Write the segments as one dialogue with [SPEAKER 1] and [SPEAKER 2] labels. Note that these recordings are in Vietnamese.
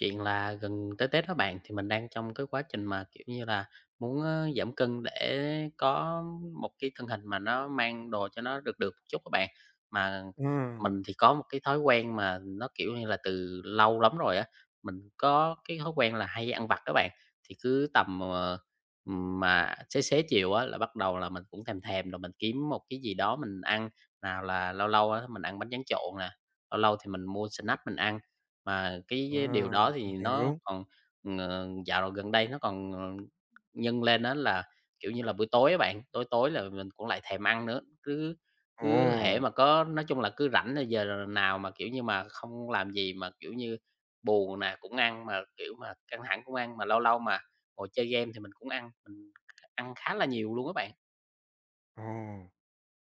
[SPEAKER 1] Chuyện là gần tới Tết đó bạn, thì mình đang trong cái quá trình mà, kiểu như là, muốn á giảm cân để có một cái thân hình mà nó mang đồ cho nó được được một chút các bạn. Mà mình
[SPEAKER 2] Ừm,
[SPEAKER 1] thì có một cái thói quen mà nó, kiểu như là, từ lâu lắm rồi á, mình có cái thói quen là hay ăn vặt các bạn, thì cứ tầm, mà xế xế chiều á là bắt đầu là mình cũng thèm thèm rồi mình kiếm một cái gì đó mình ăn. Nào là lâu lâu á mình ăn bánh tráng trộn nè, lâu lâu thì mình mua snack mình ăn, mà cái điều
[SPEAKER 2] à,
[SPEAKER 1] đó thì
[SPEAKER 2] mình
[SPEAKER 1] nó
[SPEAKER 2] hiểu.
[SPEAKER 1] còn, dạo gần đây nó còn, nhân lên đó là, kiểu như là, buổi tối á bạn, tối tối là mình cũng lại thèm ăn nữa, cứ cứ hễ
[SPEAKER 2] Ồ,
[SPEAKER 1] mà có nói chung là cứ rảnh là giờ nào mà, kiểu như, mà không làm gì mà, kiểu như, buồn nè cũng ăn, mà, kiểu, mà căng thẳng cũng ăn, mà lâu lâu mà ngồi chơi game thì mình cũng ăn, mình ăn khá là nhiều luôn á bạn.
[SPEAKER 2] ồ,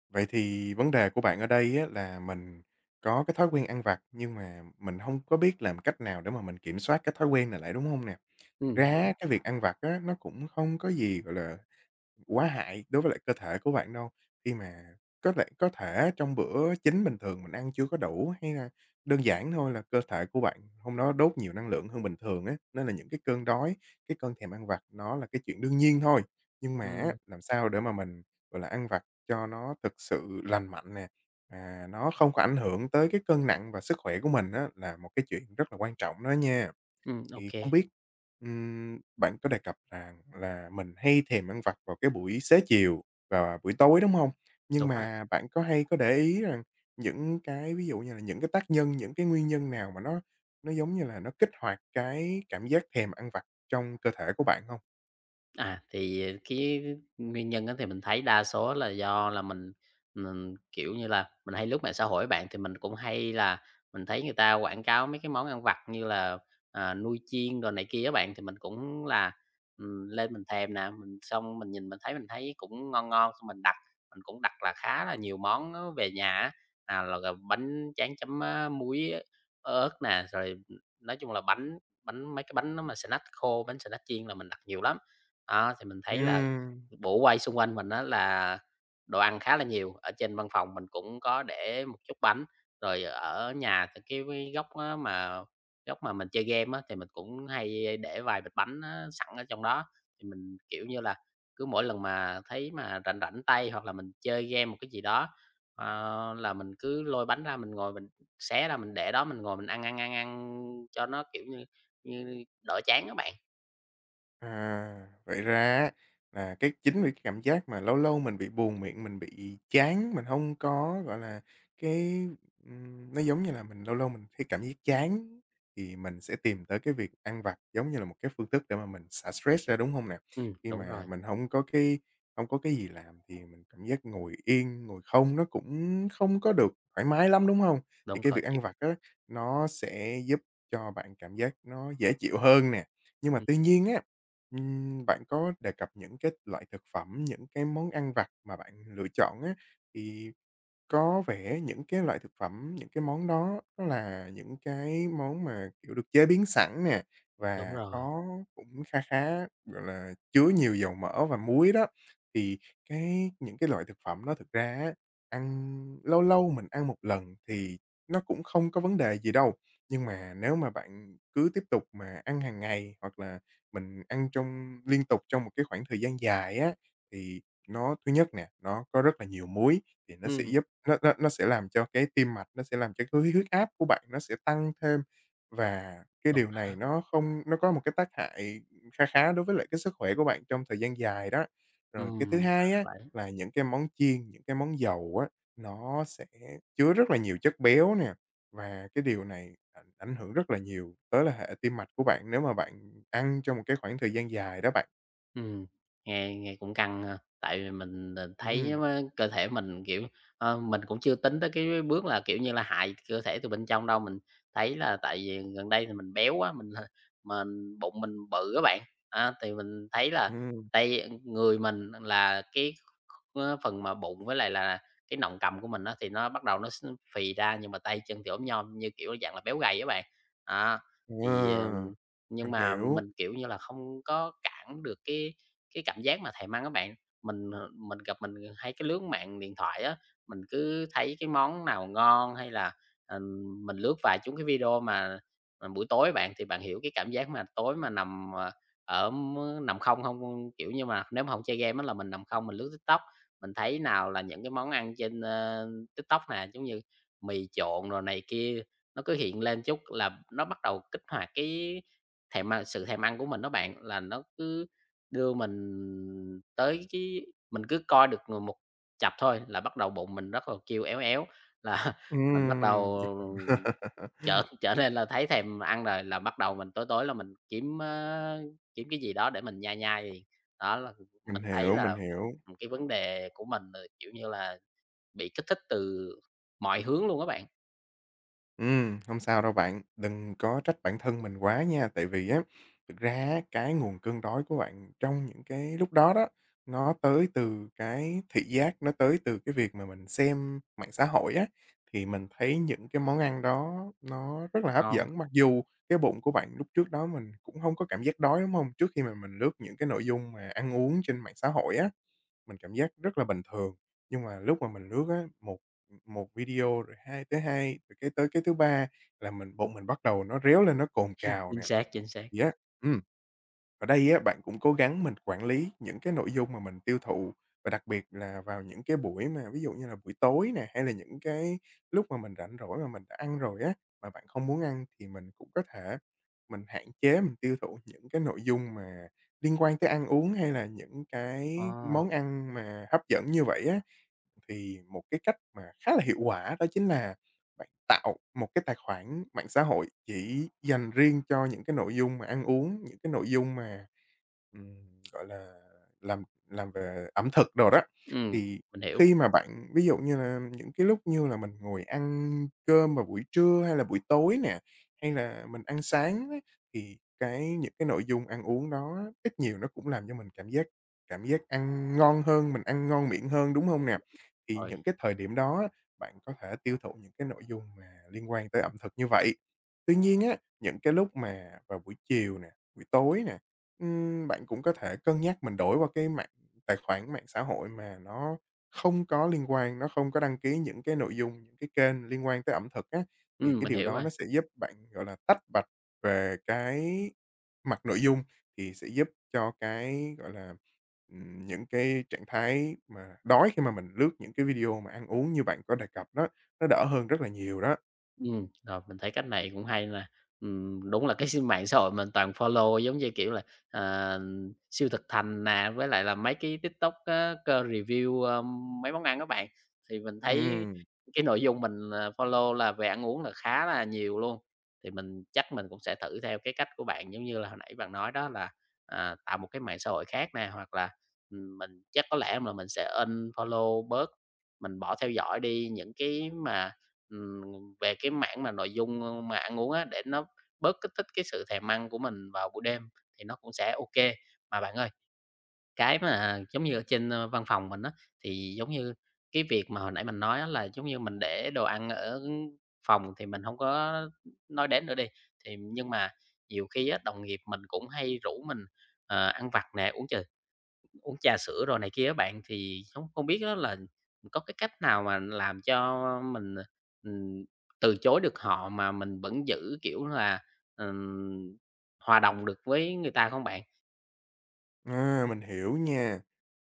[SPEAKER 2] vậy thì vấn đề của bạn ở đây á là mình có cái thói quen ăn vặt, nhưng mà mình hông có biết làm cách nào để mà mình kiểm soát cái thói quen này lại, đúng hông nè? Thực ra
[SPEAKER 1] Đúng,
[SPEAKER 2] á, cái việc ăn vặt á, nó cũng không có gì, gọi là, quá hại đối với lại cơ thể của bạn đâu, khi mà có thể trong bữa chính bình thường mình ăn chưa có đủ, hay là đơn giản thôi là cơ thể của bạn hôm đó đốt nhiều năng lượng hơn bình thường á, nên là những cái cơn đói, cái cơn thèm ăn vặt nó là cái chuyện đương nhiên thôi. Nhưng mà á,
[SPEAKER 1] ừm,
[SPEAKER 2] làm sao để mà mình, gọi là, ăn vặt cho nó thực sự lành mạnh nè, mà nó không có ảnh hưởng tới cái cân nặng và sức khỏe của mình á, là một cái chuyện rất là quan trọng đó nha.
[SPEAKER 1] ô
[SPEAKER 2] Thì không biết, bạn có đề cập rằng là mình hay thèm ăn vặt vào cái buổi xế chiều và buổi tối, đúng không? Nhưng
[SPEAKER 1] đúng rồi.
[SPEAKER 2] mà bạn có hay có để ý rằng những cái ví dụ như là những cái tác nhân, những cái nguyên nhân nào mà nó, giống như là, nó kích hoạt cái cảm giác thèm ăn vặt trong cơ thể của bạn không?
[SPEAKER 1] À, thì cái nguyên nhân á thì mình thấy đa số là do là mình, kiểu như là, mình hay lướt mạng xã hội bạn, thì mình cũng hay là mình thấy người ta quảng cáo mấy cái món ăn vặt như là, à, nuôi chiên đồ này kia á bạn, thì mình cũng là, lên mình thèm nè, mình xong mình nhìn mình thấy cũng ngon ngon, xong mình đặt, mình cũng đặt là khá là nhiều món á về nhà á, nào là gồm bánh tráng chấm, á, muối, á, ớt nè, rồi, nói chung là bánh bánh mấy cái bánh nó mà snack khô, bánh snack chiên là mình đặt nhiều lắm. Đó, thì mình thấy là
[SPEAKER 2] Ừm.
[SPEAKER 1] bủa quay xung quanh mình á là đồ ăn khá là nhiều, ở trên văn phòng mình cũng có để một chút bánh, rồi ở nhà thì cái góc á mà góc mà mình chơi game á, thì mình cũng hay để vài bịch bánh á sẵn ở trong đó. Thì mình, kiểu như là, cứ mỗi lần mà thấy mà rảnh rảnh tay hoặc là mình chơi game một cái gì đó, là mình cứ lôi bánh ra mình ngồi mình xé ra mình để đó, mình ngồi mình ăn, ăn, ăn, ăn cho nó, kiểu như như, đỡ chán á bạn.
[SPEAKER 2] À, vậy ra á là cái chính vì cái cảm giác mà lâu lâu mình bị buồn miệng, mình bị chán, mình không có, gọi là, cái, nó giống như là mình lâu lâu mình thấy cảm giác chán thì mình sẽ tìm tới cái việc ăn vặt giống như là một cái phương thức để mà mình xả stress ra, đúng không nè? Khi
[SPEAKER 1] Đúng
[SPEAKER 2] mà
[SPEAKER 1] rồi,
[SPEAKER 2] mình không có cái gì làm thì mình cảm giác ngồi yên, ngồi không nó cũng không có được thoải mái lắm, đúng không? Thì
[SPEAKER 1] đúng,
[SPEAKER 2] cái
[SPEAKER 1] khó
[SPEAKER 2] việc
[SPEAKER 1] chịu.
[SPEAKER 2] ăn vặt á, nó sẽ giúp cho bạn cảm giác nó dễ chịu hơn nè. Nhưng mà
[SPEAKER 1] Ừm,
[SPEAKER 2] tuy nhiên á, bạn có đề cập những cái loại thực phẩm, những cái món ăn vặt mà bạn lựa chọn á, thì có vẻ những cái loại thực phẩm, những cái món đó nó là những cái món mà, kiểu, được chế biến sẵn nè,
[SPEAKER 1] đúng
[SPEAKER 2] và
[SPEAKER 1] rồi.
[SPEAKER 2] có cũng kha khá, gọi là, chứa nhiều dầu mỡ và muối đó. Thì cái những cái loại thực phẩm đó thực ra á, ăn lâu lâu mình ăn một lần thì nó cũng không có vấn đề gì đâu. Nhưng mà nếu mà bạn cứ tiếp tục mà ăn hàng ngày, hoặc là mình ăn trong liên tục trong một cái khoảng thời gian dài á, thì nó thứ nhất nè, nó có rất là nhiều muối, thì nó sẽ
[SPEAKER 1] Ừm.
[SPEAKER 2] giúp nó sẽ làm cho cái tim mạch, nó sẽ làm cho cái huyết huyết áp của bạn nó sẽ tăng thêm, và cái
[SPEAKER 1] Đúng
[SPEAKER 2] điều
[SPEAKER 1] đó.
[SPEAKER 2] này nó không nó có một cái tác hại kha khá đối với lại cái sức khỏe của bạn trong thời gian dài đó. Rồi cái
[SPEAKER 1] Ừm.
[SPEAKER 2] thứ
[SPEAKER 1] Ra
[SPEAKER 2] hai
[SPEAKER 1] là
[SPEAKER 2] á,
[SPEAKER 1] vậy.
[SPEAKER 2] là những cái món chiên, những cái món dầu á, nó sẽ chứa rất là nhiều chất béo nè, và cái điều này ảnh ảnh hưởng rất là nhiều tới là hệ tim mạch của bạn nếu mà bạn ăn trong một cái khoảng thời gian dài đó bạn.
[SPEAKER 1] Ừm, nghe nghe cũng căng ha, tại vì mình, thấy
[SPEAKER 2] Ừm,
[SPEAKER 1] á cơ thể mình, kiểu, mình cũng chưa tính tới cái bước là, kiểu như là, hại cơ thể từ bên trong đâu, mình thấy là tại vì gần đây thì mình béo quá, mình bụng mình bự các bạn, á, thì mình thấy là
[SPEAKER 2] ừm,
[SPEAKER 1] tay người mình là cái á phần mà bụng với lại là cái nọng cầm của mình á, thì nó bắt đầu nó s phì ra, nhưng mà tay chân thì ốm nhom như, kiểu, dạng là béo gầy các bạn. Đó, thì, ờ
[SPEAKER 2] ờ,
[SPEAKER 1] nhưng
[SPEAKER 2] mình
[SPEAKER 1] mà
[SPEAKER 2] hiểu.
[SPEAKER 1] mình, kiểu như là, không có cản được cái cảm giác mà thèm ăn á bạn. Mình, mình gặp mình hay cái lướt mạng điện thoại á, mình cứ thấy cái món nào ngon hay là, ừm, mình lướt vài chúng cái video mà, buổi tối bạn, thì bạn hiểu cái cảm giác mà tối mà nằm, ở mơ nằm không không kiểu như mà, nếu mà không chơi game á là mình nằm không, mình lướt TikTok, mình thấy nào là những cái món ăn trên, TikTok nè, giống như mì trộn rồi này kia, nó cứ hiện lên chút là nó bắt đầu kích hoạt cái Thèm ăn sự thèm ăn của mình đó bạn, là nó cứ đưa mình tới cái mình cứ coi được người một chập thôi là bắt đầu bụng mình rất là kêu éo éo, là mình bắt đầu
[SPEAKER 2] Đúng.
[SPEAKER 1] trở trở nên là thấy thèm ăn rồi, là bắt đầu mình tối tối là mình kiếm, kiếm cái gì đó để mình nhai nhai liền. Đó là mình
[SPEAKER 2] Mình
[SPEAKER 1] thấy
[SPEAKER 2] hiểu, mình
[SPEAKER 1] là,
[SPEAKER 2] hiểu.
[SPEAKER 1] cái vấn đề của mình là, kiểu như là, bị kích thích từ mọi hướng luôn á bạn.
[SPEAKER 2] Hông sao đâu bạn, đừng có trách bản thân mình quá nha, tại vì á, thực ra á, cái nguồn cơn đói của bạn trong những cái lúc đó đó, nó tới từ cái thị giác, nó tới từ cái việc mà mình xem mạng xã hội á, thì mình thấy những cái món ăn đó nó rất là hấp
[SPEAKER 1] Ngon,
[SPEAKER 2] dẫn. Mặc dù cái bụng của bạn lúc trước đó mình cũng không có cảm giác đói, đúng không, trước khi mà mình lướt những cái nội dung mà ăn uống trên mạng xã hội á. Mình cảm giác rất là bình thường, nhưng mà lúc mà mình lướt á, một một video rồi hai tới hai rồi cái tới cái thứ ba là mình bụng mình bắt đầu nó réo lên, nó cồn cào
[SPEAKER 1] chính
[SPEAKER 2] nè,
[SPEAKER 1] xác, chính xác.
[SPEAKER 2] gì á. Ở đây á, bạn cũng cố gắng mình quản lý những cái nội dung mà mình tiêu thụ và đặc biệt là vào những cái buổi mà ví dụ như là buổi tối nè, hay là những cái lúc mà mình rảnh rỗi mà mình đã ăn rồi á, mà bạn không muốn ăn thì mình cũng có thể mình hạn chế mình tiêu thụ những cái nội dung mà liên quan tới ăn uống hay là những cái
[SPEAKER 1] Ờ,
[SPEAKER 2] món ăn mà hấp dẫn như vậy á. Thì một cái cách mà khá là hiệu quả đó chính là bạn tạo một cái tài khoản mạng xã hội chỉ dành riêng cho những cái nội dung mà ăn uống, những cái nội dung mà, gọi là, làm làm về ẩm thực đồ đó,
[SPEAKER 1] ừm,
[SPEAKER 2] thì
[SPEAKER 1] mình hiểu
[SPEAKER 2] khi mà bạn ví dụ như là những cái lúc như là mình ngồi ăn cơm vào buổi trưa hay là buổi tối nè, hay là mình ăn sáng á, thì cái những cái nội dung ăn uống đó á, ít nhiều nó cũng làm cho mình cảm giác ăn ngon hơn, mình ăn ngon miệng hơn, đúng không nè? Thì
[SPEAKER 1] rồi,
[SPEAKER 2] những cái thời điểm đó á, bạn có thể tiêu thụ những cái nội dung mà liên quan tới ẩm thực như vậy. Tuy nhiên á, những cái lúc mà vào buổi chiều nè, buổi tối nè, bạn cũng có thể cân nhắc mình đổi qua cái mạng tài khoản mạng xã hội mà nó không có liên quan, nó không có đăng ký những cái nội dung, những cái kênh liên quan tới ẩm thực á, thì cái
[SPEAKER 1] mình
[SPEAKER 2] điều
[SPEAKER 1] hiểu
[SPEAKER 2] đó
[SPEAKER 1] rồi.
[SPEAKER 2] nó sẽ giúp bạn, gọi là, tách bạch về cái mặt nội dung, thì sẽ giúp cho cái, gọi là, những cái trạng thái mà đói khi mà mình lướt những cái video mà ăn uống như bạn có đề cập đó, nó đỡ hơn rất là nhiều đó.
[SPEAKER 1] Rồi, mình thấy cách này cũng hay nè. Đúng là cái mạng xã hội mình toàn follow giống như, kiểu là, ờ, siêu thực thành nè, với lại là mấy cái TikTok á, cơ review, mấy món ăn các bạn. Thì mình thấy
[SPEAKER 2] Ừm.
[SPEAKER 1] cái nội dung mình, follow là về ăn uống là khá là nhiều luôn, thì mình chắc mình cũng sẽ thử theo cái cách của bạn, giống như là hồi nãy bạn nói đó là, à, tạo một cái mạng xã hội khác nè, hoặc là, mình chắc có lẽ là mình sẽ unfollow bớt, mình bỏ theo dõi đi những cái mà ừm, về cái mảng mà nội dung, mà ăn uống á, để nó bớt kích thích cái sự thèm ăn của mình vào buổi đêm thì nó cũng sẽ ok. Mà bạn ơi, cái mà giống như ở trên, văn phòng mình á, thì giống như cái việc mà hồi nãy mình nói á là giống như mình để đồ ăn ở phòng thì mình không có nói đến nữa đi, thì nhưng mà nhiều khi á, đồng nghiệp mình cũng hay rủ mình, ăn vặt nè, uống trà sữa rồi này kia á bạn, thì không không biết á là có cái cách nào mà làm cho mình, ờ, ừm, từ chối được họ mà mình vẫn giữ, kiểu là, ừm, hòa đồng được với người ta không bạn?
[SPEAKER 2] À, mình hiểu nha.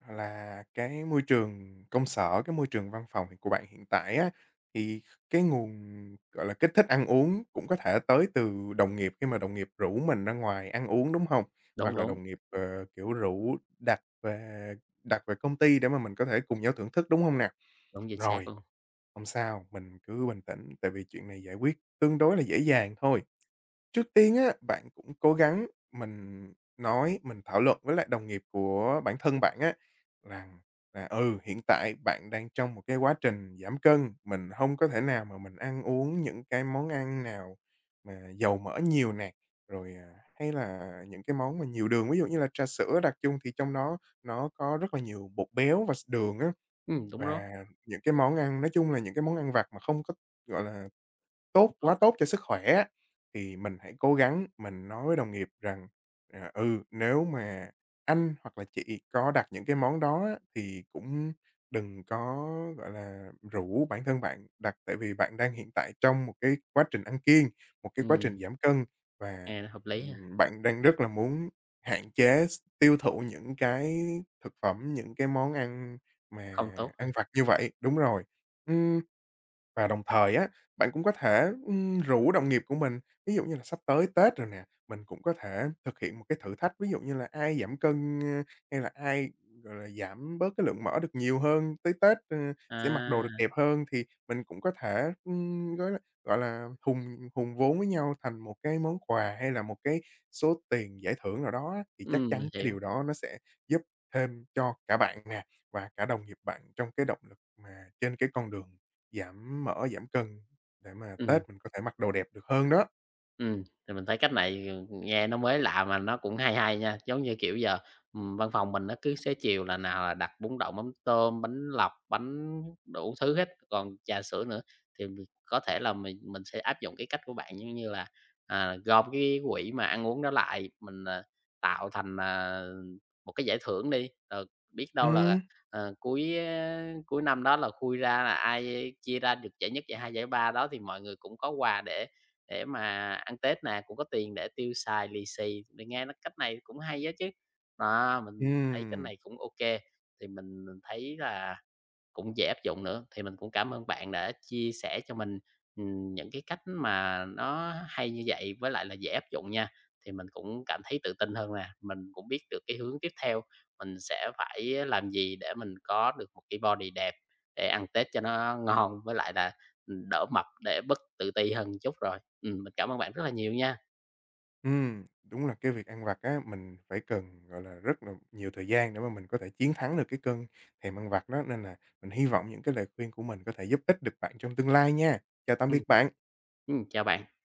[SPEAKER 2] Là cái môi trường công sở, cái môi trường văn phòng hiện của bạn hiện tại á, thì cái nguồn, gọi là, kích thích ăn uống cũng có thể tới từ đồng nghiệp khi mà đồng nghiệp rủ mình ra ngoài ăn uống, đúng không?
[SPEAKER 1] Đúng,
[SPEAKER 2] Hoặc là
[SPEAKER 1] đúng,
[SPEAKER 2] đồng nghiệp, kiểu, rủ đặt về công ty để mà mình có thể cùng nhau thưởng thức, đúng không nè?
[SPEAKER 1] đúng, chính xác
[SPEAKER 2] Rồi,
[SPEAKER 1] luôn.
[SPEAKER 2] hông sao, mình cứ bình tĩnh, tại vì chuyện này giải quyết tương đối là dễ dàng thôi. Trước tiên á, bạn cũng cố gắng mình nói, mình thảo luận với lại đồng nghiệp của bản thân bạn á, rằng là, ừ, hiện tại bạn đang trong một cái quá trình giảm cân, mình không có thể nào mà mình ăn uống những cái món ăn nào mà dầu mỡ nhiều nè, rồi, à, hay là những cái món mà nhiều đường, ví dụ như là trà sữa đặc chung thì trong đó nó có rất là nhiều bột béo và đường á,
[SPEAKER 1] Đúng đó,
[SPEAKER 2] và những cái món ăn nói chung là những cái món ăn vặt mà không có, gọi là,
[SPEAKER 1] cũng tốt ha.
[SPEAKER 2] tốt cho sức khỏe á, thì mình hãy cố gắng mình nói với đồng nghiệp rằng, ờ, "Ừ, nếu mà anh hoặc là chị có đặt những cái món đó á, thì cũng đừng có, gọi là, rủ bản thân bạn đặt, tại vì bạn đang hiện tại trong một cái quá trình ăn kiêng, một cái quá trình giảm cân và,
[SPEAKER 1] Nghe nó hợp lý ha,
[SPEAKER 2] bạn đang rất là muốn hạn chế s tiêu thụ những cái thực phẩm, những cái món ăn mà
[SPEAKER 1] không tốt ha.
[SPEAKER 2] ăn vặt như vậy." Đúng rồi. Ừm. Và đồng thời á, bạn cũng có thể, rủ đồng nghiệp của mình, ví dụ như là sắp tới Tết rồi nè, mình cũng có thể thực hiện một cái thử thách, ví dụ như là ai giảm cân, hay là ai, gọi là, giảm bớt cái lượng mỡ được nhiều hơn tới Tết, sẽ mặc đồ
[SPEAKER 1] À,
[SPEAKER 2] được đẹp hơn, thì mình cũng có thể, gọi là, hùn hùn vốn với nhau thành một cái món quà hay là một cái số tiền giải thưởng nào đó á, thì chắc
[SPEAKER 1] mình
[SPEAKER 2] chắn cái
[SPEAKER 1] hiểu,
[SPEAKER 2] điều đó nó sẽ giúp thêm cho cả bạn nè, và cả đồng nghiệp bạn trong cái động lực mà trên cái con đường giảm mỡ, giảm cân để mà
[SPEAKER 1] ừm.
[SPEAKER 2] Tết mình có thể mặc đồ đẹp được hơn đó.
[SPEAKER 1] Ừm, thì mình thấy cách này, ừ, nghe nó mới lạ mà nó cũng hay hay nha. Giống như, kiểu, giờ, văn phòng mình nó cứ xế chiều là nào là đặt bún đậu, mắm tôm, bánh lọc, bánh đủ thứ hết, còn trà sữa nữa, thì mình có thể là mình sẽ áp dụng cái cách của bạn, giống như là, à, gom cái quỹ mà ăn uống đó lại, mình, à, tạo thành, à, một cái giải thưởng đi, rồi biết đâu là,
[SPEAKER 2] Ừm,
[SPEAKER 1] ờ, cuối, cuối năm đó là khui ra là ai chia ra được giải nhất, giải hai, giải ba đó thì mọi người cũng có quà để mà ăn Tết nè, cũng có tiền để tiêu xài lì xì, mình nghe nó cách này cũng hay á chứ. Đó, mình thấy cái
[SPEAKER 2] ừm,
[SPEAKER 1] này cũng ok, thì mình thấy là cũng dễ áp dụng nữa. Thì mình cũng cảm ơn bạn đã chia sẻ cho mình, những cái cách mà nó hay như vậy với lại là dễ áp dụng nha. Thì mình cũng cảm thấy tự tin hơn nè, mình cũng biết được cái hướng tiếp theo, mình sẽ phải làm gì để mình có được một cái body đẹp để ăn Tết cho nó ngon với lại là, đỡ mập để bớt tự ti hơn chút rồi. Mình cảm ơn bạn rất là nhiều nha.
[SPEAKER 2] đúng là cái việc ăn vặt á, mình phải cần, gọi là, rất là nhiều thời gian để mà mình có thể chiến thắng được cái cơn thèm ăn vặt đó, nên là mình hy vọng những cái lời khuyên của mình có thể giúp ích được bạn trong tương lai nha. Chào tạm
[SPEAKER 1] Ừm,
[SPEAKER 2] biệt bạn.
[SPEAKER 1] chào bạn.